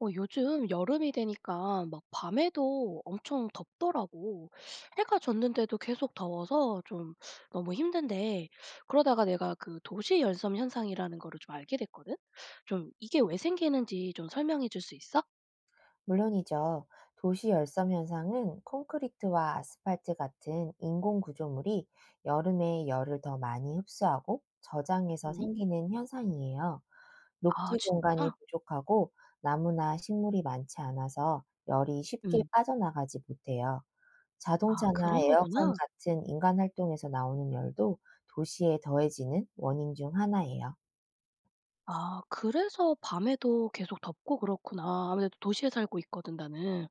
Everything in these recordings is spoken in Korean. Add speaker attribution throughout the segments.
Speaker 1: 어, 요즘 여름이 되니까 막 밤에도 엄청 덥더라고. 해가 졌는데도 계속 더워서 좀 너무 힘든데, 그러다가 내가 그 도시 열섬 현상이라는 거를 좀 알게 됐거든? 좀 이게 왜 생기는지 좀 설명해 줄 수 있어?
Speaker 2: 물론이죠. 도시 열섬 현상은 콘크리트와 아스팔트 같은 인공 구조물이 여름에 열을 더 많이 흡수하고 저장해서
Speaker 1: 응.
Speaker 2: 생기는 현상이에요.
Speaker 1: 아,
Speaker 2: 녹지 공간이
Speaker 1: 진짜?
Speaker 2: 부족하고 나무나 식물이 많지 않아서 열이 쉽게
Speaker 1: 응.
Speaker 2: 빠져나가지 못해요.
Speaker 1: 아,
Speaker 2: 자동차나
Speaker 1: 그런
Speaker 2: 에어컨
Speaker 1: 거구나.
Speaker 2: 같은 인간 활동에서 나오는 열도 도시에 더해지는 원인 중 하나예요.
Speaker 1: 아, 그래서 밤에도 계속 덥고 그렇구나. 아무래도 도시에 살고 있거든, 나는.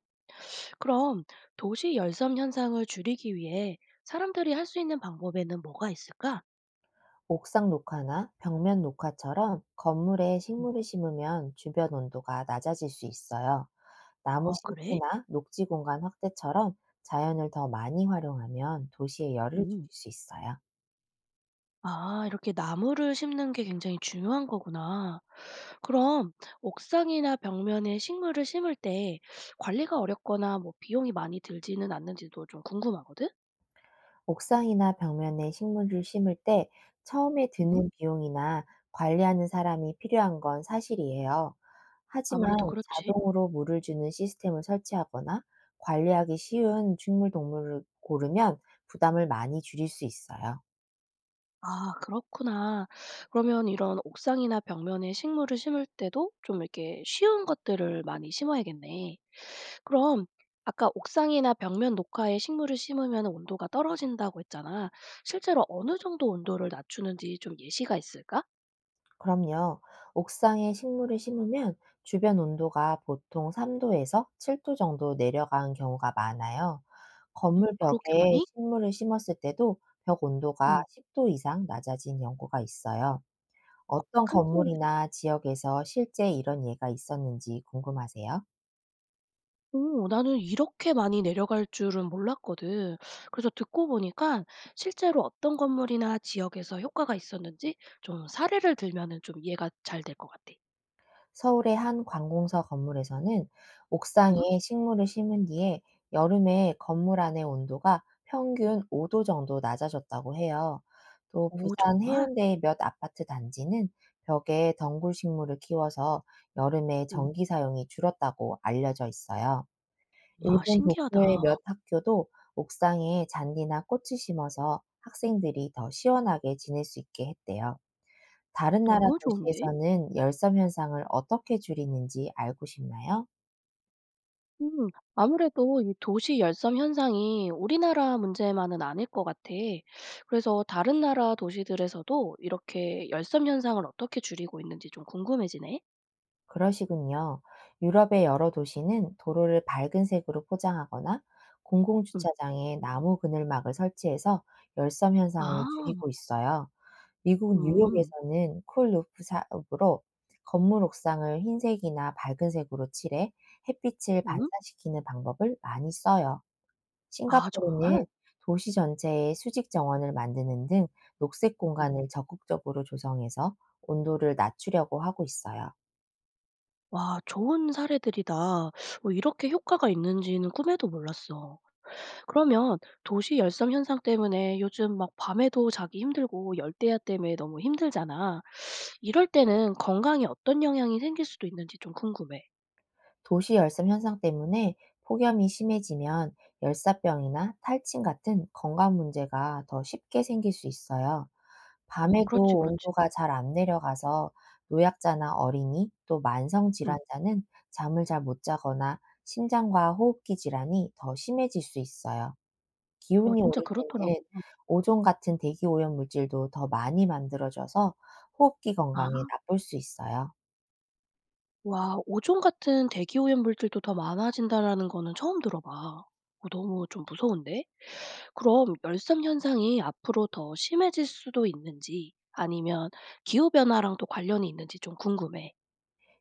Speaker 1: 그럼 도시 열섬 현상을 줄이기 위해 사람들이 할 수 있는 방법에는 뭐가 있을까?
Speaker 2: 옥상 녹화나 벽면 녹화처럼 건물에
Speaker 1: 음.
Speaker 2: 식물을 심으면 주변 온도가 낮아질 수 있어요. 나무
Speaker 1: 아 그래?
Speaker 2: 심기나 녹지 공간 확대처럼 자연을 더 많이 활용하면 도시의 열을 줄일
Speaker 1: 음.
Speaker 2: 수 있어요.
Speaker 1: 아 이렇게 나무를 심는 게 굉장히 중요한 거구나. 그럼 옥상이나 벽면에 식물을 심을 때 관리가 어렵거나 뭐 비용이 많이 들지는 않는지도 좀 궁금하거든?
Speaker 2: 옥상이나 벽면에 식물을 심을 때 처음에
Speaker 1: 음.
Speaker 2: 드는 비용이나 관리하는 사람이 필요한 건 사실이에요. 하지만
Speaker 1: 아무래도 그렇지.
Speaker 2: 자동으로 물을 주는 시스템을 설치하거나 관리하기 쉬운 식물 동물을 고르면 부담을 많이 줄일 수 있어요.
Speaker 1: 아 그렇구나. 그러면 이런 옥상이나 벽면에 식물을 심을 때도 좀 이렇게 쉬운 것들을 많이 심어야겠네. 그럼 아까 옥상이나 벽면 녹화에 식물을 심으면 온도가 떨어진다고 했잖아. 실제로 어느 정도 온도를 낮추는지 좀 예시가 있을까?
Speaker 2: 그럼요. 옥상에 식물을 심으면 주변 온도가 보통 3도에서 7도 정도 내려간 경우가 많아요.
Speaker 1: 음.
Speaker 2: 건물
Speaker 1: 그렇게
Speaker 2: 벽에
Speaker 1: 많이?
Speaker 2: 식물을 심었을 때도 벽 온도가
Speaker 1: 음.
Speaker 2: 10도 이상 낮아진 연구가 있어요.
Speaker 1: 와
Speaker 2: 어떤
Speaker 1: 큰 차이.
Speaker 2: 건물이나 지역에서 실제 이런 예가 있었는지 궁금하세요?
Speaker 1: 오 나는 이렇게 많이 내려갈 줄은 몰랐거든. 그래서 듣고 보니까 실제로 어떤 건물이나 지역에서 효과가 있었는지 좀 사례를 들면은 좀 이해가 잘 될 것 같아.
Speaker 2: 서울의 한 관공서 건물에서는
Speaker 1: 응?
Speaker 2: 옥상에 식물을 심은 뒤에 여름에 건물 안의 온도가 평균 5도 정도 낮아졌다고 해요. 또
Speaker 1: 오
Speaker 2: 부산
Speaker 1: 정말?
Speaker 2: 해운대의 몇 아파트 단지는 벽에 덩굴 식물을 키워서 여름에
Speaker 1: 응.
Speaker 2: 전기 사용이 줄었다고 알려져 있어요.
Speaker 1: 와
Speaker 2: 일본
Speaker 1: 신기하다.
Speaker 2: 도쿄의 몇 학교도 옥상에 잔디나 꽃을 심어서 학생들이 더 시원하게 지낼 수 있게 했대요. 다른 나라
Speaker 1: 너무 좋은데?
Speaker 2: 도시에서는 열섬 현상을 어떻게 줄이는지 알고 싶나요?
Speaker 1: 음. 아무래도 이 도시 열섬 현상이 우리나라 문제만은 아닐 것 같아. 그래서 다른 나라 도시들에서도 이렇게 열섬 현상을 어떻게 줄이고 있는지 좀 궁금해지네.
Speaker 2: 그러시군요. 유럽의 여러 도시는 도로를 밝은 색으로 포장하거나
Speaker 1: 응.
Speaker 2: 공공주차장에 나무 그늘막을 설치해서 열섬
Speaker 1: 아.
Speaker 2: 현상을 줄이고 있어요. 미국
Speaker 1: 음.
Speaker 2: 뉴욕에서는 쿨루프 사업으로 건물 옥상을 흰색이나 밝은 색으로 칠해 햇빛을
Speaker 1: 음.
Speaker 2: 반사시키는 방법을 많이 써요.
Speaker 1: 아
Speaker 2: 싱가포르는
Speaker 1: 정말?
Speaker 2: 도시 전체에 수직 정원을 만드는 등 녹색
Speaker 1: 음.
Speaker 2: 공간을 적극적으로 조성해서 온도를 낮추려고 하고 있어요.
Speaker 1: 와 좋은 사례들이다. 뭐 이렇게 효과가 있는지는 꿈에도 몰랐어. 그러면 도시 열섬 현상 때문에 요즘 막 밤에도 자기 힘들고 열대야 때문에 너무 힘들잖아. 이럴 때는 건강에 어떤 영향이 생길 수도 있는지 좀 궁금해.
Speaker 2: 도시 열섬 현상 때문에 폭염이 심해지면 열사병이나 탈진 같은 건강 문제가 더 쉽게 생길 수 있어요.
Speaker 1: 어
Speaker 2: 밤에도
Speaker 1: 그렇지, 그렇지.
Speaker 2: 온도가 잘 안 내려가서 노약자나 어린이 또 만성
Speaker 1: 응.
Speaker 2: 질환자는 잠을 잘 못 자거나 심장과 호흡기 질환이 더 심해질 수 있어요.
Speaker 1: 어
Speaker 2: 기온이
Speaker 1: 진짜
Speaker 2: 오를 때는
Speaker 1: 그렇더라고.
Speaker 2: 오존 같은 대기 오염 물질도 더 많이 만들어져서 호흡기 건강에
Speaker 1: 아.
Speaker 2: 나쁠 수 있어요.
Speaker 1: 와 오존 같은 대기 오염 물질도 더 많아진다라는 거는 처음 들어 봐. 어 너무 좀 무서운데? 그럼 열섬 현상이 앞으로 더 심해질 수도 있는지 아니면 기후 변화랑도 관련이 있는지 좀 궁금해.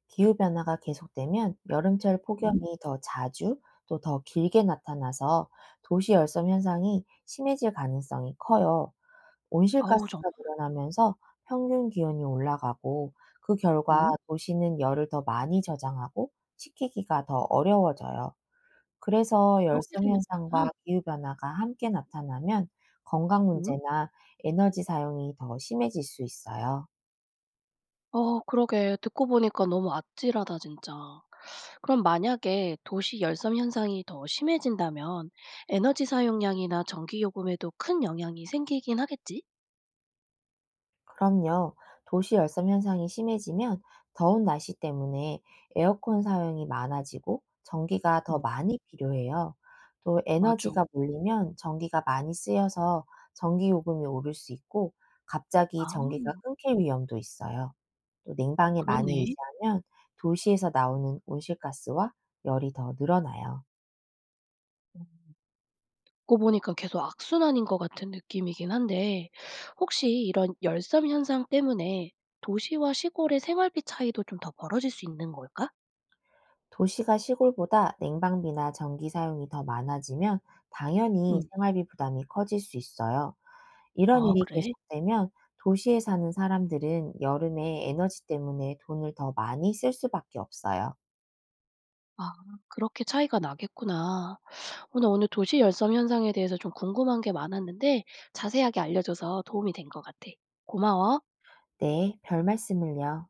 Speaker 2: 기후 변화가 계속되면 여름철
Speaker 1: 응?
Speaker 2: 폭염이 더 자주 또 더 길게 나타나서 도시 열섬 현상이 심해질 가능성이 커요.
Speaker 1: 아우 정말.
Speaker 2: 온실가스가 늘어나면서 평균 기온이 올라가고 그 결과
Speaker 1: 응?
Speaker 2: 도시는 열을 더 많이 저장하고 식히기가 더 어려워져요. 그래서
Speaker 1: 그렇게
Speaker 2: 열섬
Speaker 1: 되는구나.
Speaker 2: 현상과 기후 변화가 함께 나타나면 건강
Speaker 1: 응?
Speaker 2: 문제나 에너지 사용이 더 심해질 수 있어요.
Speaker 1: 어 그러게 듣고 보니까 너무 아찔하다 진짜. 그럼 만약에 도시 열섬 현상이 더 심해진다면 에너지 사용량이나 전기 요금에도 큰 영향이 생기긴 하겠지?
Speaker 2: 그럼요. 도시 열섬 현상이 심해지면 더운 날씨 때문에 에어컨 사용이 많아지고 전기가 더
Speaker 1: 응,
Speaker 2: 많이 필요해요. 또
Speaker 1: 맞아.
Speaker 2: 에너지가 몰리면 전기가 많이 쓰여서 전기 요금이 오를 수 있고 갑자기 전기가
Speaker 1: 아.
Speaker 2: 끊길 위험도 있어요. 또
Speaker 1: 어
Speaker 2: 냉방에 많이
Speaker 1: 그렇네.
Speaker 2: 의지하면 도시에서 나오는 온실가스와 열이 더 늘어나요.
Speaker 1: 듣고 보니까 계속 악순환인 것 같은 느낌이긴 한데 혹시 이런 열섬 현상 때문에 도시와 시골의 생활비 차이도 좀 더 벌어질 수 있는 걸까?
Speaker 2: 도시가 시골보다 냉방비나 전기 사용이 더 많아지면 당연히
Speaker 1: 응.
Speaker 2: 생활비 부담이 커질 수 있어요. 이런
Speaker 1: 아
Speaker 2: 일이
Speaker 1: 그래?
Speaker 2: 계속되면 도시에 사는 사람들은 여름에 에너지 때문에 돈을 더 많이 쓸 수밖에 없어요.
Speaker 1: 아 그렇게 차이가 나겠구나. 어 나 오늘 도시 열섬 현상에 대해서 좀 궁금한 게 많았는데 자세하게 알려줘서 도움이 된 것 같아. 고마워.
Speaker 2: 네, 별 말씀을요.